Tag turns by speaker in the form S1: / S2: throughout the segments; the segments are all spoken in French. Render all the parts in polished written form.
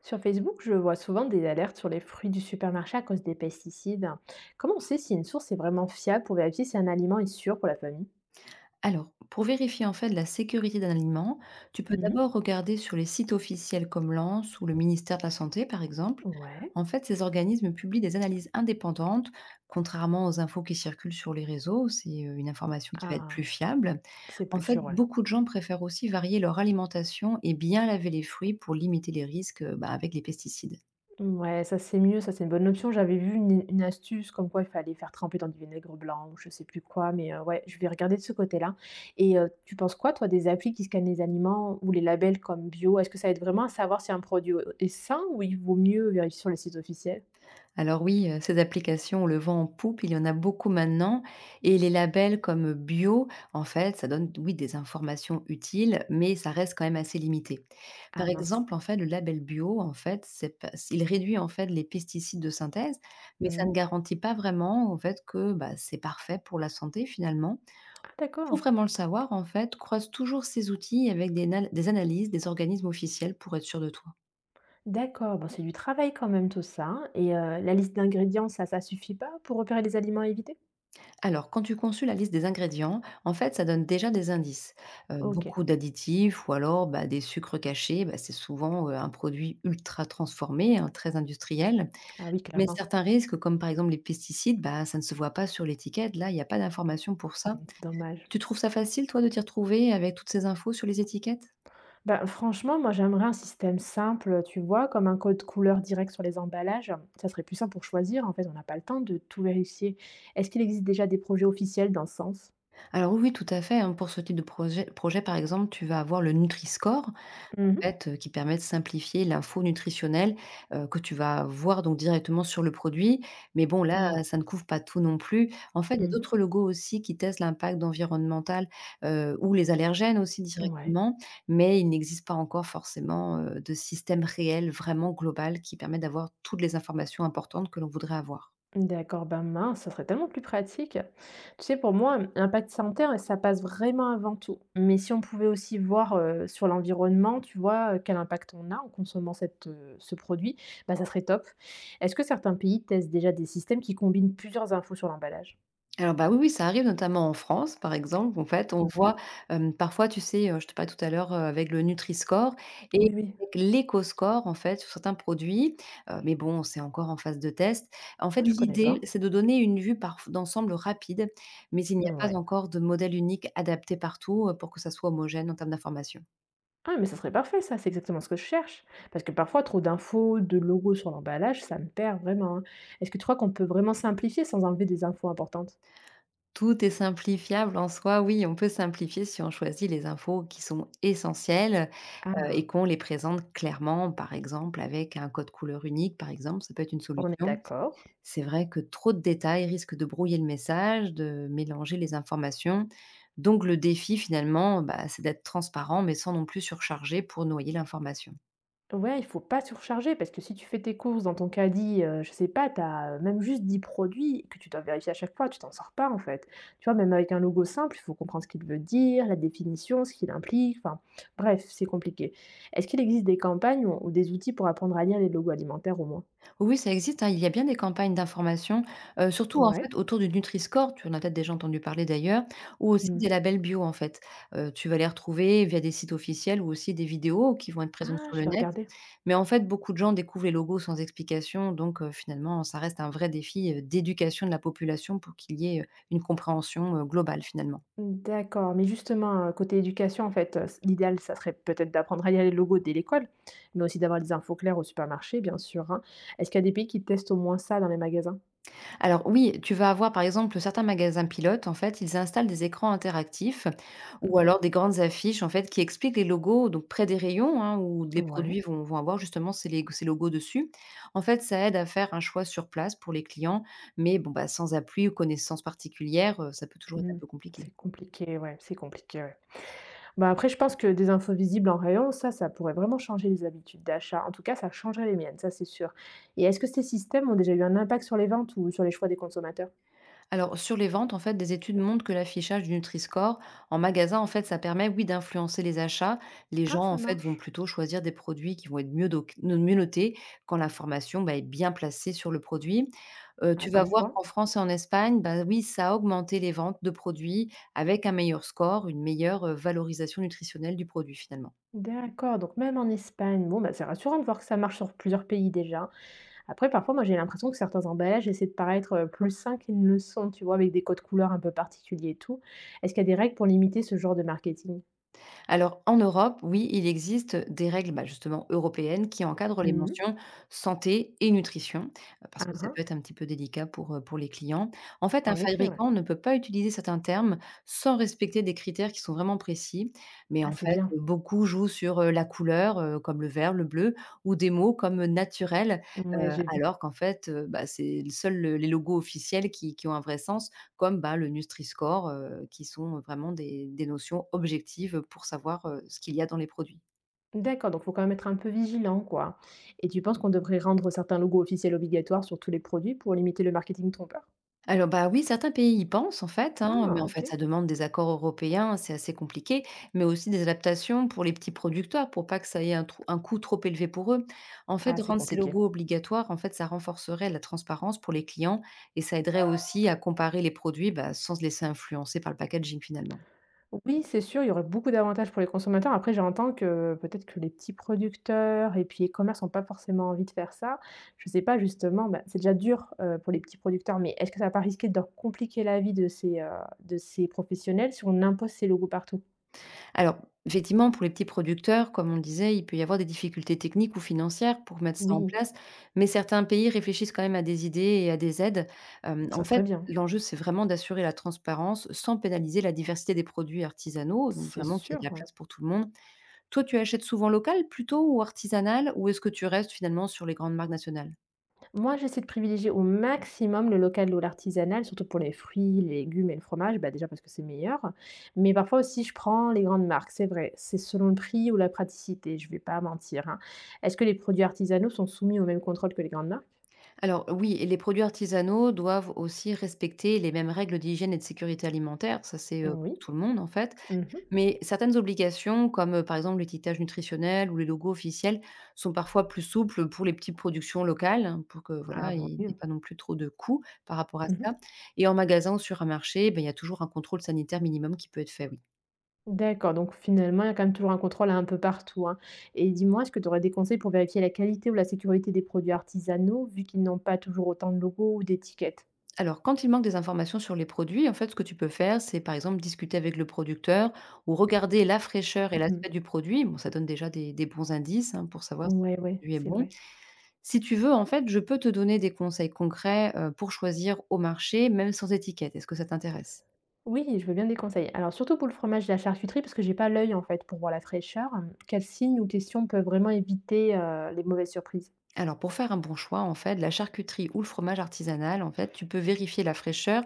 S1: Sur Facebook, je vois souvent des alertes sur les fruits du supermarché à cause des pesticides. Comment on sait si une source est vraiment fiable pour vérifier si un aliment est sûr pour la famille?
S2: Alors, pour vérifier en fait la sécurité d'un aliment, tu peux
S1: Mhm.
S2: d'abord regarder sur les sites officiels comme l'ANS ou le ministère de la Santé, par exemple.
S1: Ouais,
S2: Ces organismes publient des analyses indépendantes, contrairement aux infos qui circulent sur les réseaux. C'est une information qui va être plus
S1: ah,
S2: fiable.
S1: c'est
S2: En
S1: plus
S2: fait,
S1: sûr, ouais.
S2: beaucoup de gens préfèrent aussi varier leur alimentation et bien laver les fruits pour limiter les risques bah, avec les pesticides.
S1: Ouais, ça c'est mieux, ça c'est une bonne option. J'avais vu une astuce comme quoi il fallait faire tremper dans du vinaigre blanc ou je sais plus quoi, mais ouais, je vais regarder de ce côté-là. Et tu penses quoi, toi, des applis qui scannent les aliments ou les labels comme bio? Est-ce que ça aide vraiment à savoir si un produit est sain ou il vaut mieux vérifier sur les sites officiels?
S2: Alors oui, ces applications, on le vend en poupe, il y en a beaucoup maintenant et les labels comme bio, en fait, ça donne, oui, des informations utiles, mais ça reste quand même assez limité.
S1: Ah
S2: Par
S1: mince.
S2: exemple, en fait, le label bio, en fait, c'est pas il réduit, en fait, les pesticides de synthèse, mais ça ne
S1: Mhm.
S2: garantit pas vraiment, en fait, que, bah, c'est parfait pour la santé, finalement.
S1: Ah
S2: Pour
S1: d'accord.
S2: vraiment le savoir, en fait, croise toujours ces outils avec des analyses des organismes officiels pour être sûr de toi.
S1: D'accord, bon, c'est du travail quand même tout ça, hein, et la liste d'ingrédients, ça suffit pas pour repérer les aliments à éviter?
S2: Alors, quand tu consultes la liste des ingrédients, en fait, ça donne déjà des indices. Heu,
S1: OK.
S2: beaucoup d'additifs ou alors, bah, des sucres cachés, bah, c'est souvent, un produit ultra transformé, hein, très industriel.
S1: Ah oui,
S2: Mais
S1: clairement.
S2: certains risques, comme par exemple les pesticides, bah, ça ne se voit pas sur l'étiquette. Là, il n'y a pas d'information pour ça.
S1: Mmh, c'est dommage.
S2: Tu trouves ça facile, toi, de t'y retrouver avec toutes ces infos sur les étiquettes?
S1: Ben franchement, moi, j'aimerais un système simple, tu vois? Comme un code couleur direct sur les emballages. Ça serait plus simple pour choisir. En fait, on n'a pas le temps de tout vérifier. Est-ce qu'il existe déjà des projets officiels dans ce sens?
S2: Alors oui, oui, tout à fait, hein. Pour ce type de projet, par exemple, tu vas avoir le Nutri-Score,
S1: Mmh.
S2: fait, qui permet de simplifier l'info nutritionnelle, que tu vas voir donc directement sur le produit. Mais bon là,
S1: Ouais.
S2: ça ne couvre pas tout non plus. En fait, il y a
S1: Mmh.
S2: d'autres logos aussi qui testent l'impact environnemental, ou les allergènes aussi
S1: Ouais.
S2: directement, mais il n'existe pas encore forcément, de système réel, vraiment global qui permet d'avoir toutes les informations importantes que l'on voudrait avoir.
S1: D'accord, ben mince, ça serait tellement plus pratique. Tu sais, pour moi, impact sanitaire, ça passe vraiment avant tout. Mais si on pouvait aussi voir sur l'environnement, tu vois, quel impact on a en consommant ce produit, bah, ça serait top. Est-ce que certains pays testent déjà des systèmes qui combinent plusieurs infos sur l'emballage?
S2: Alors, bah, oui, oui, ça arrive notamment en France, par exemple. En fait, on voit,
S1: Mhm.
S2: parfois, tu sais, je te parlais tout à l'heure, avec le Nutri-score et
S1: Oui, oui.
S2: avec l'éco-score, en fait, sur certains produits, mais bon, c'est encore en phase de test. En fait,
S1: Ah, je connais
S2: l'idée,
S1: pas.
S2: c'est de donner une vue parf d'ensemble rapide, mais il n'y a pas
S1: Ouais.
S2: encore de modèle unique adapté partout, pour que ça soit homogène en termes d'information.
S1: Ah, mais ça serait parfait, ça, c'est exactement ce que je cherche. Parce que parfois, trop d'infos, de logos sur l'emballage, ça me perd vraiment, hein. Est-ce que tu crois qu'on peut vraiment simplifier sans enlever des infos importantes?
S2: Tout est simplifiable en soi, oui, on peut simplifier si on choisit les infos qui sont essentielles,
S1: Ah.
S2: et qu'on les présente clairement, par exemple avec un code couleur unique, par exemple, ça peut être une
S1: On est
S2: solution.
S1: d'accord.
S2: C'est vrai que trop de détails risquent de brouiller le message, de mélanger les informations. Donc le défi finalement, bah, c'est d'être transparent, mais sans non plus surcharger pour noyer l'information.
S1: Ouais, il faut pas surcharger parce que si tu fais tes courses dans ton caddie, je sais pas, tu as, même juste 10 produits que tu dois vérifier à chaque fois, tu t'en sors pas en fait. Tu vois, même avec un logo simple, il faut comprendre ce qu'il veut dire, la définition, ce qu'il implique, enfin bref, c'est compliqué. Est-ce qu'il existe des campagnes ou des outils pour apprendre à lire les logos alimentaires au moins?
S2: Oui, ça existe, hein, il y a bien des campagnes d'information, surtout en
S1: Ouais.
S2: fait autour du Nutri-score, tu en as peut-être déjà entendu parler d'ailleurs, ou aussi des
S1: Mmh.
S2: labels bio en fait. Tu vas les retrouver via des sites officiels ou aussi des vidéos qui vont être présentes
S1: Ah,
S2: sur
S1: je
S2: le
S1: vais
S2: net.
S1: regarder.
S2: Mais en fait, beaucoup de gens découvrent les logos sans explication, donc finalement, ça reste un vrai défi, d'éducation de la population pour qu'il y ait, une compréhension, globale finalement.
S1: D'accord, mais justement, côté éducation, en fait, s l'idéal, ça serait peut-être d'apprendre à lire les logos dès l'école, mais aussi d'avoir des infos claires au supermarché, bien sûr, hein. Est-ce qu'il y a des pays qui testent au moins ça dans les magasins?
S2: Alors oui, tu vas avoir par exemple certains magasins pilotes, en fait, ils installent des écrans interactifs ou
S1: Mmh.
S2: alors des grandes affiches, en fait, qui expliquent les logos donc près des rayons, hein, où les
S1: Ouais,
S2: produits vont avoir justement ces logos dessus. En fait, ça aide à faire un choix sur place pour les clients, mais bon, bah, sans appui ou connaissance particulière, ça peut toujours être un
S1: mmh,
S2: peu compliqué.
S1: c'est compliqué, ouais, c'est compliqué, ouais. Bah, après, je pense que des infos visibles en rayon, ça pourrait vraiment changer les habitudes d'achat. En tout cas, ça changerait les miennes, ça, c'est sûr. Et est-ce que ces systèmes ont déjà eu un impact sur les ventes ou sur les choix des consommateurs?
S2: Alors, sur les ventes, en fait, des études montrent que l'affichage du Nutri-Score en magasin, en fait, ça permet, oui, d'influencer les achats. Les
S1: Ah,
S2: gens, en
S1: ça
S2: fait, vont
S1: marche.
S2: plutôt choisir des produits qui vont être mieux, doc- no- mieux notés quand l'information bah, est bien placée sur le produit. Euh,
S1: Ah,
S2: tu vas
S1: comme
S2: voir
S1: quoi.
S2: qu'en France et en Espagne, bah, oui, ça a augmenté les ventes de produits avec un meilleur score, une meilleure valorisation nutritionnelle du produit, finalement.
S1: D'accord, donc même en Espagne, bon, bah, c'est rassurant de voir que ça marche sur plusieurs pays déjà. Après, parfois, moi, j'ai l'impression que certains emballages essaient de paraître plus sains qu'ils ne le sont, tu vois, avec des codes couleurs un peu particuliers et tout. Est-ce qu'il y a des règles pour limiter ce genre de marketing?
S2: Alors en Europe, oui, il existe des règles, bah, justement européennes qui encadrent les
S1: Mhm.
S2: mentions santé et nutrition, parce
S1: Ah,
S2: que ça
S1: ah,
S2: peut être un petit peu délicat pour les clients. En fait, un
S1: en effet, ouais.
S2: fabricant ne peut pas utiliser certains termes sans respecter des critères qui sont vraiment précis, mais
S1: Ah,
S2: en
S1: c'est
S2: fait,
S1: bien.
S2: beaucoup jouent sur, la couleur, comme le vert, le bleu ou des mots comme, naturel,
S1: Ouais, j'ai vu.
S2: alors qu'en fait, bah, c'est seuls, les logos officiels qui ont un vrai sens comme, bah, le Nutri-Score, qui sont vraiment des notions objectives pour savoir, ce qu'il y a dans les produits.
S1: D'accord, donc faut quand même être un peu vigilant, quoi. Et tu penses qu'on devrait rendre certains logos officiels obligatoires sur tous les produits pour limiter le marketing trompeur?
S2: Alors, bah, oui, certains pays y pensent en fait, hein, mais
S1: Ah,
S2: en
S1: ok.
S2: fait, ça demande des accords européens, c'est assez compliqué, mais aussi des adaptations pour les petits producteurs, pour pas que ça ait un coût trop élevé pour eux. En fait,
S1: Ah, c'est
S2: rendre ces
S1: compliqué.
S2: logos obligatoires, en fait, ça renforcerait la transparence pour les clients et ça aiderait aussi à comparer les produits, bah, sans se laisser influencer par le packaging finalement.
S1: Oui, c'est sûr, il y aurait beaucoup d'avantages pour les consommateurs. Après, j'entends que peut-être que les petits producteurs et puis les commerces n'ont pas forcément envie de faire ça. Je ne sais pas justement, bah, c'est déjà dur, pour les petits producteurs, mais est-ce que ça va pas risquer de leur compliquer la vie de de ces professionnels si on impose ces logos partout?
S2: Alors, effectivement, pour les petits producteurs, comme on le disait, il peut y avoir des difficultés techniques ou financières pour mettre ça en
S1: Oui,
S2: place, mais certains pays réfléchissent quand même à des idées et à des aides. Hem, en
S1: ça
S2: fait,
S1: serait bien,
S2: L'enjeu, c'est vraiment d'assurer la transparence sans pénaliser la diversité des produits artisanaux, donc
S1: c'est
S2: vraiment qu'il y ait de
S1: sûr,
S2: la
S1: ouais.
S2: place pour tout le monde. Toi, tu achètes souvent local plutôt ou artisanal ou est-ce que tu restes finalement sur les grandes marques nationales?
S1: Moi, j'essaie de privilégier au maximum le local ou l'artisanal, surtout pour les fruits, les légumes et le fromage, bah déjà parce que c'est meilleur. Mais parfois aussi, je prends les grandes marques, c'est vrai. C'est selon le prix ou la praticité, je vais pas mentir, hein. Est-ce que les produits artisanaux sont soumis au même contrôle que les grandes marques?
S2: Alors oui et les produits artisanaux doivent aussi respecter les mêmes règles d'hygiène et de sécurité alimentaire, ça c'est, pour
S1: Oui.
S2: tout le monde en fait.
S1: Mmh.
S2: Mais certaines obligations, comme par exemple l'étiquetage nutritionnel ou les logos officiels, sont parfois plus souples pour les petites productions locales, hein, pour que
S1: Ah
S2: voilà, il
S1: bon,
S2: n'y ait
S1: mieux.
S2: pas non plus trop de coûts par rapport à
S1: Mmh.
S2: ça. Et en magasin ou sur un marché, ben, il y a toujours un contrôle sanitaire minimum qui peut être fait, oui.
S1: D'accord, donc finalement, il y a quand même toujours un contrôle un peu partout, hein. Et dis-moi, est-ce que tu aurais des conseils pour vérifier la qualité ou la sécurité des produits artisanaux, vu qu'ils n'ont pas toujours autant de logos ou d'étiquettes?
S2: Alors, quand il manque des informations sur les produits, en fait, ce que tu peux faire, c'est par exemple discuter avec le producteur ou regarder la fraîcheur et
S1: Mmh.
S2: l'aspect du produit. Bon, ça donne déjà des bons indices hein, pour savoir si
S1: Ouais,
S2: le
S1: ouais,
S2: produit est
S1: c'est
S2: bon.
S1: vrai.
S2: Si tu veux, en fait, je peux te donner des conseils concrets, pour choisir au marché, même sans étiquette. Est-ce que ça t'intéresse?
S1: Oui, je veux bien des conseils. Alors surtout pour le fromage et la charcuterie, parce que j'ai pas l'œil en fait pour voir la fraîcheur. Quels signes ou questions peuvent vraiment éviter, les mauvaises surprises?
S2: Alors pour faire un bon choix, en fait, la charcuterie ou le fromage artisanal, en fait, tu peux vérifier la fraîcheur,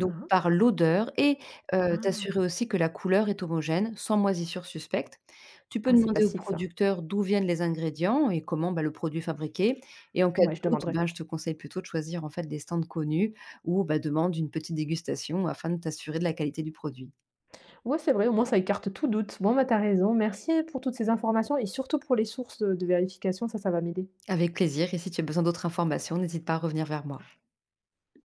S1: Hein, hein.
S2: par l'odeur et t'assurer
S1: Ah!
S2: aussi que la couleur est homogène, sans moisissure suspecte. Tu peux
S1: Ah, c'est
S2: demander au
S1: facile ça.
S2: producteur d'où viennent les ingrédients et comment, bah, le produit est fabriqué et en cas
S1: Ouais, je
S2: de doute,
S1: demanderai.
S2: ben, je te conseille plutôt de choisir, en fait, des stands connus ou, bah, demande une petite dégustation afin de t'assurer de la qualité du produit.
S1: Ouais, c'est vrai, au moins ça écarte tout doute. Bon, bah, t'as raison. Merci pour toutes ces informations et surtout pour les sources, de vérification, ça va m'aider.
S2: Avec plaisir et si tu as besoin d'autres informations, n'hésite pas à revenir vers moi.